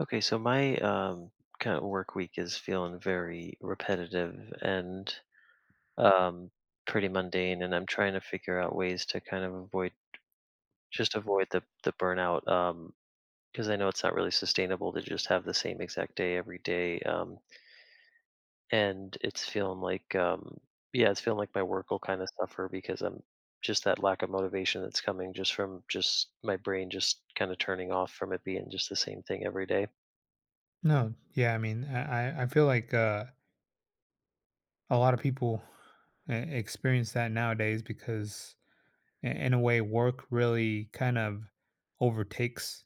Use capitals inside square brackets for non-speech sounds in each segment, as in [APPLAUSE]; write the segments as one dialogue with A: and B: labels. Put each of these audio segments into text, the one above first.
A: Okay, so my kind of work week is feeling very repetitive and um, pretty mundane, and I'm trying to figure out ways to kind of avoid, just avoid the burnout, because I know it's not really sustainable to just have the same exact day every day, and it's feeling like, yeah, it's feeling like my work will kind of suffer because I'm just that lack of motivation that's coming just from just my brain just kind of turning off from it being just the same thing every day.
B: No, yeah, I mean, I feel like a lot of people experience that nowadays, because in a way, work really kind of overtakes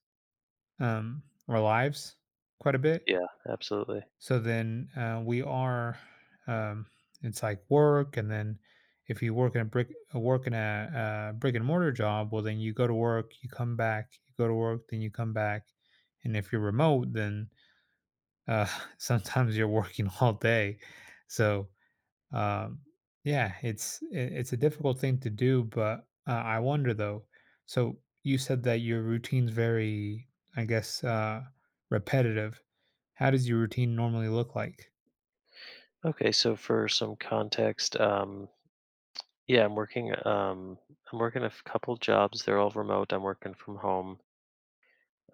B: um, our lives quite a bit.
A: Yeah, absolutely.
B: So then um, it's like work. And then, if you work in a brick and mortar job, well, then you go to work, you come back, you go to work, then you come back. And if you're remote, then, Uh, [LAUGHS] sometimes you're working all day. So um, yeah, it's a difficult thing to do. But I wonder though. So you said that your routine's very, I guess, repetitive. How does your routine normally look like?
A: Okay, so for some context, yeah, I'm working. I'm working a couple jobs. They're all remote. I'm working from home,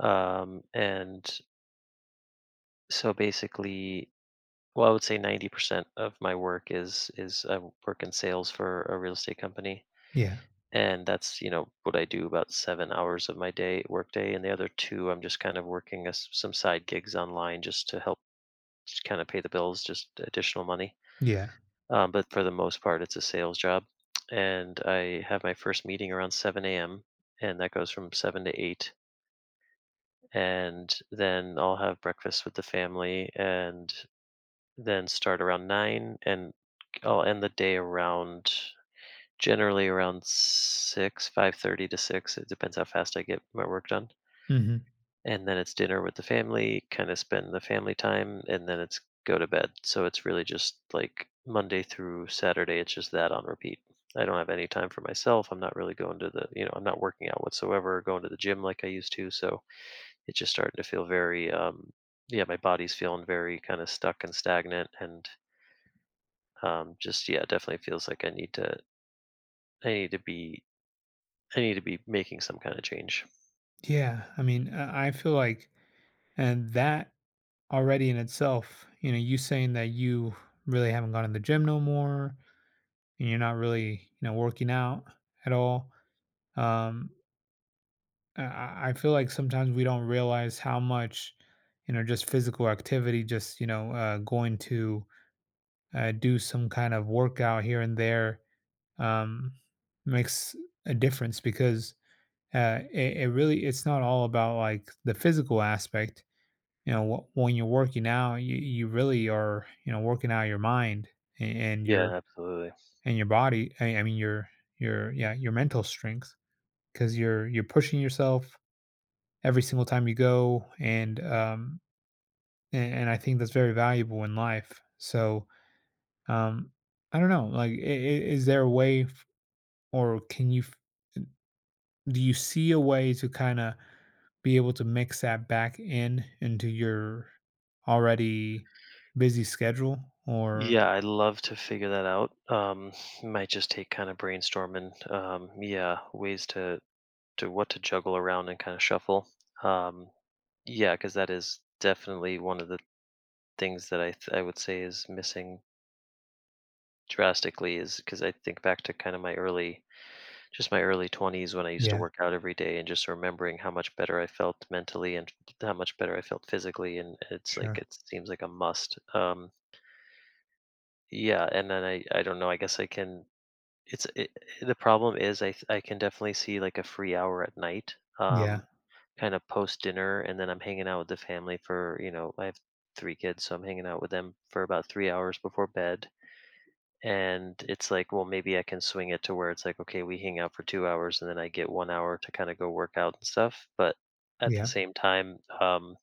A: and so basically, well, I would say 90% of my work is I work in sales for a real estate company,
B: Yeah.
A: and that's what I do about 7 hours of my day work day, and the other two I'm just kind of working as some side gigs online just to help kind of pay the bills, just additional money.
B: Yeah.
A: But for the most part, it's a sales job. And I have my first meeting around 7 a.m., and that goes from 7 to 8. And then I'll have breakfast with the family and then start around 9. And I'll end the day around, generally around 6, 5:30 to 6. It depends how fast I get my work done.
B: Hmm.
A: And then it's dinner with the family, kind of spend the family time, and then it's go to bed. So it's really just like Monday through Saturday, it's just that on repeat. I don't have any time for myself. I'm not really you know, I'm not working out whatsoever, going to the gym like I used to. So it's just starting to feel very. Yeah, my body's feeling very kind of stuck and stagnant, and just yeah, definitely feels like I need to be, I need to be making some kind of change.
B: Yeah. I mean, and that already in itself, you know, you saying that you really haven't gone to the gym no more, and you're not really, you know, working out at all. Um, I feel like sometimes we don't realize how much, you know, just physical activity, just, you know, going to do some kind of workout here and there, um, makes a difference. Because it really, it's not all about like the physical aspect. You know, when you're working out, you really are, you know, working out your mind a- and your
A: Yeah, absolutely.
B: and your body. I mean, your, yeah, your mental strength, because you're pushing yourself every single time you go. And and I think that's very valuable in life. So um I don't know, like, I- is there a way f- or can you f- do you see a way to kind of be able to mix that back in into your already busy schedule, or.
A: Yeah, I'd love to figure that out. Might just take kind of brainstorming. Yeah, ways to what to juggle around and kind of shuffle. Um, yeah, because that is definitely one of the things that I would say is missing drastically, is because I think back to kind of just my early 20s when I used to
B: Yeah.
A: work out every day and just remembering how much better I felt mentally and how much better I felt physically, and it's like
B: Sure.
A: it seems like a must. Yeah, and then I don't know. I guess I can. It's it The problem is I can definitely see, like, a free hour at night,
B: Yeah,
A: kinda post dinner, and then I'm hanging out with the family for, you know, I have 3 kids, so I'm hanging out with them for about 3 hours before bed, and it's like, well, maybe I can swing it to where it's like, okay, we hang out for 2 hours, and then I get 1 hour to kinda go work out and stuff, but at the
B: yeah.
A: same time,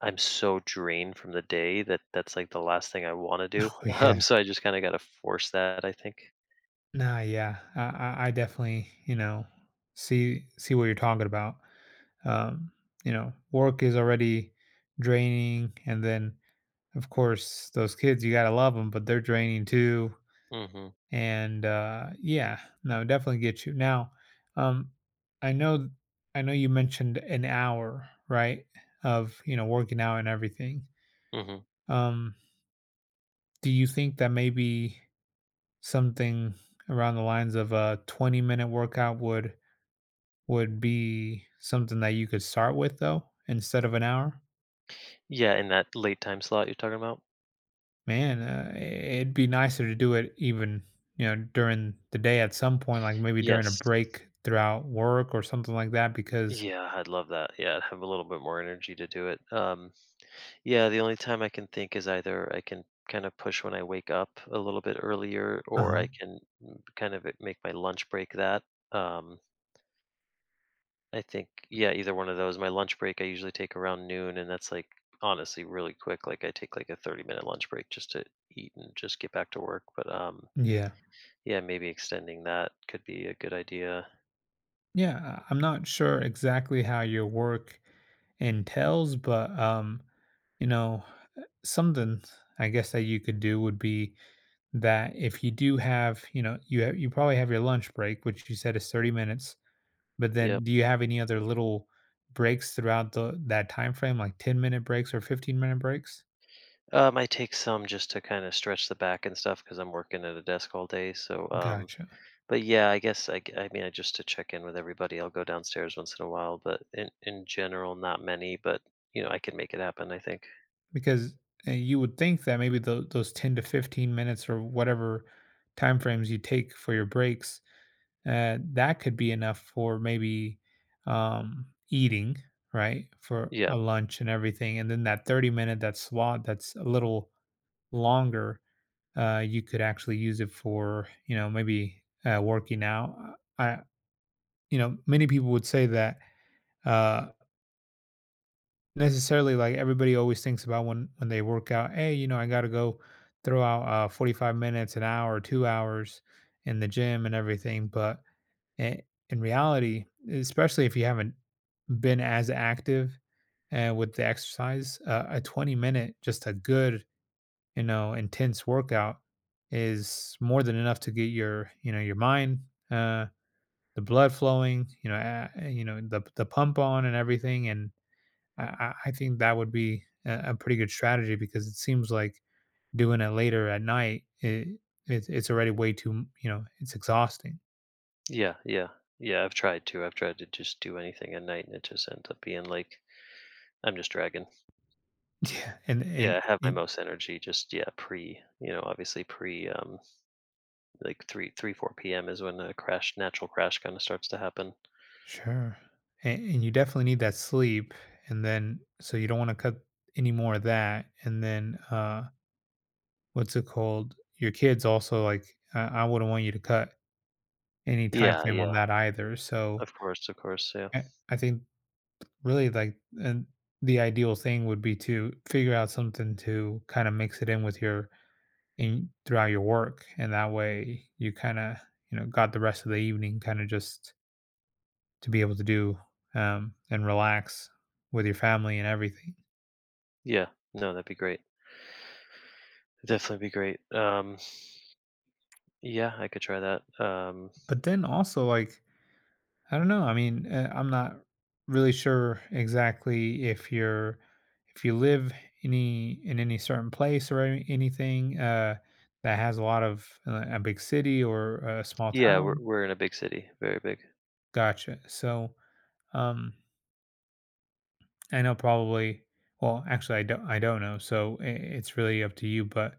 A: I'm so drained from the day that that's, like, the last thing I wanna
B: Oh,
A: do, [LAUGHS]
B: yeah.
A: so I just kinda gotta force that, I think.
B: Nah, yeah, I definitely, see what you're talking about. Um, you know work is already draining, and then, of course, those kids, you gotta love them, but they're draining too.
A: Mhm,
B: And yeah, no, definitely get you now. um i know I know you mentioned an hour, right, of, you know, working out and everything.
A: mhm.
B: um do you think that maybe something around the lines of a 20-minute workout would be something that you could start with, though, instead of an hour?
A: Yeah, in that late time slot you're talking about?
B: Man, it'd be nicer to do it even, you know, during the day at some point, like maybe during a
A: Yes.
B: break throughout work or something like that, because.
A: Yeah, I'd love that. Yeah, I'd have a little bit more energy to do it. Yeah, the only time I can think is either I can kind of push when I wake up a little bit earlier, or
B: Uh-huh.
A: I can, kind of make my lunch break that. Um, I think, yeah, either one of those. My lunch break I usually take around noon, and that's like honestly really quick. Like I take like a 30-minute lunch break just to eat and just get back to work. But
B: Yeah.
A: yeah, maybe extending that could be a good idea.
B: Yeah, I'm not sure exactly how your work entails, but you know, something, I guess, that you could do would be that if you do have, you know, you probably have your lunch break, which you said is 30 minutes. But
A: Yeah.
B: then, do you have any other little breaks throughout the that time frame, like 10-minute breaks or 15-minute breaks?
A: I take some just to kind of stretch the back and stuff because I'm working at a desk all day. So,
B: Gotcha.
A: but yeah, I guess I mean, I just to check in with everybody. I'll go downstairs once in a while, but in general, not many. But you know, I can make it happen. I think.
B: Because, you would think that maybe those 10 to 15 minutes, or whatever time frames you take for your breaks, that could be enough for maybe, eating, right, for
A: Yeah,
B: a lunch and everything. And then that 30 minute, that slot that's a little longer, you could actually use it for, you know, maybe, working out. Many people would say that uh, necessarily, like, everybody always thinks about, when they work out, hey, I got to go throw out 45 minutes, an hour, 2 hours in the gym and everything. But in, in reality, especially if you haven't been as active with the exercise, a 20 minute, just a good, you know, intense workout is more than enough to get your you know your mind, Uh, the blood flowing, you know, the pump on and everything. And I think that would be a pretty good strategy, because it seems like doing it later at night, it's already way too, you know, it's exhausting.
A: yeah, yeah, yeah. I've tried to. I've tried to just do anything at night, and it just ends up being like I'm just dragging.
B: Yeah. and, and,
A: Yeah, I have my
B: and
A: most energy just yeah, pre, obviously pre like three four p.m. is when a crash, natural crash kind of starts to happen.
B: sure, and you definitely need that sleep, and then, so you don't want to cut any more of that. And then, what's it called, your kids also, like, I wouldn't want you to cut any time
A: Yeah,
B: frame on
A: yeah.
B: that either. So
A: Of course, yeah.
B: I think, really, like, and the ideal thing would be to figure out something to kind of mix it in with your in throughout your work, and that way you kind of, got the rest of the evening kind of just to be able to do, and relax with your family and everything.
A: Yeah, no, that'd be great. Definitely be great. Yeah, I could try that. Um,
B: But then also, like, I don't know. I mean, I'm not really sure exactly if you're if you live any in any certain place, or anything that has a lot of a big city or a small
A: yeah, we're
B: town.
A: we're in a big city, very big.
B: Gotcha. So um, I know, probably. Well, actually, I don't. I don't know. So I it's really up to you. But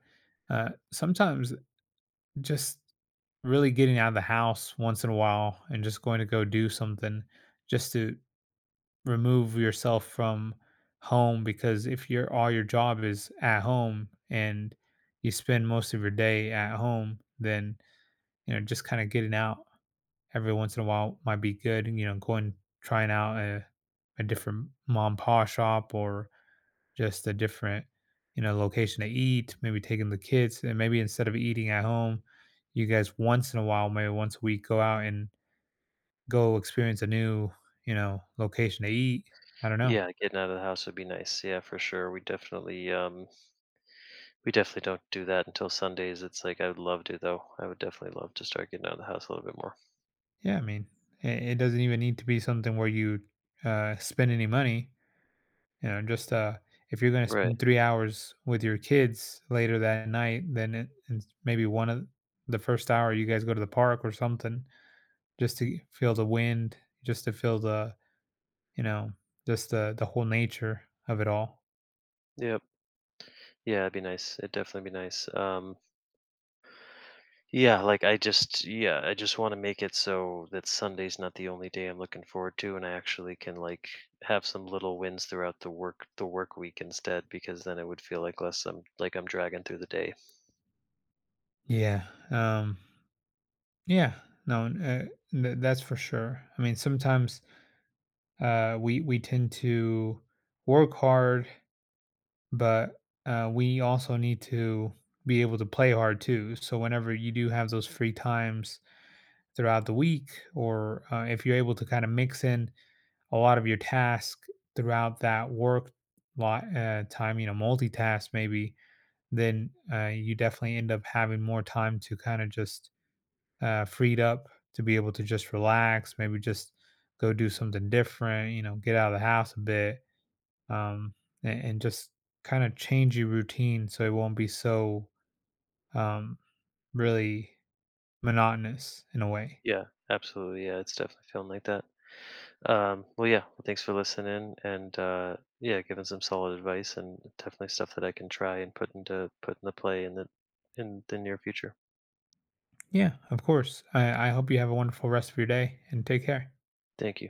B: sometimes, just really getting out of the house once in a while and just going to go do something, just to remove yourself from home, because if your, all your job is at home and you spend most of your day at home, then, you know, just kind of getting out every once in a while might be good. You know, going, trying out a different mom and pa shop, or just a different, you know, location to eat. Maybe taking the kids, and maybe, instead of eating at home, you guys, once in a while, maybe once a week, go out and go experience a new, you know, location to eat. I don't know.
A: Yeah, getting out of the house would be nice. Yeah, for sure. We definitely don't do that until Sundays. It's like I would love to, though. I would definitely love to start getting out of the house a little bit more.
B: Yeah, I mean, it doesn't even need to be something where you spend any money. You know, just, if you're going to
A: Right.
B: spend 3 hours with your kids later that night, then it, and maybe one of the first hour, you guys go to the park or something, just to feel the wind, just to feel the you know, just the whole nature of it all.
A: Yep. Yeah, it'd be nice. It'd definitely be nice. Yeah, like I just want to make it so that Sunday's not the only day I'm looking forward to, and I actually can like have some little wins throughout the work week instead, because then it would feel like less I'm like I'm dragging through the day.
B: Yeah, um, yeah, no, that's for sure. I mean, sometimes we tend to work hard, but we also need to be able to play hard too. So whenever you do have those free times throughout the week, or if you're able to kind of mix in a lot of your task throughout that work lot, time, you know, multitask maybe, then you definitely end up having more time to kind of just, freed up to be able to just relax, maybe just go do something different, you know, get out of the house a bit, um, and just kind of change your routine so it won't be so um, really monotonous in a way.
A: Yeah, absolutely. Yeah, it's definitely feeling like that. Well, yeah, well, thanks for listening and yeah, giving some solid advice and definitely stuff that I can try and put into play in the near future.
B: Yeah, of course. I hope you have a wonderful rest of your day, and take care.
A: Thank you.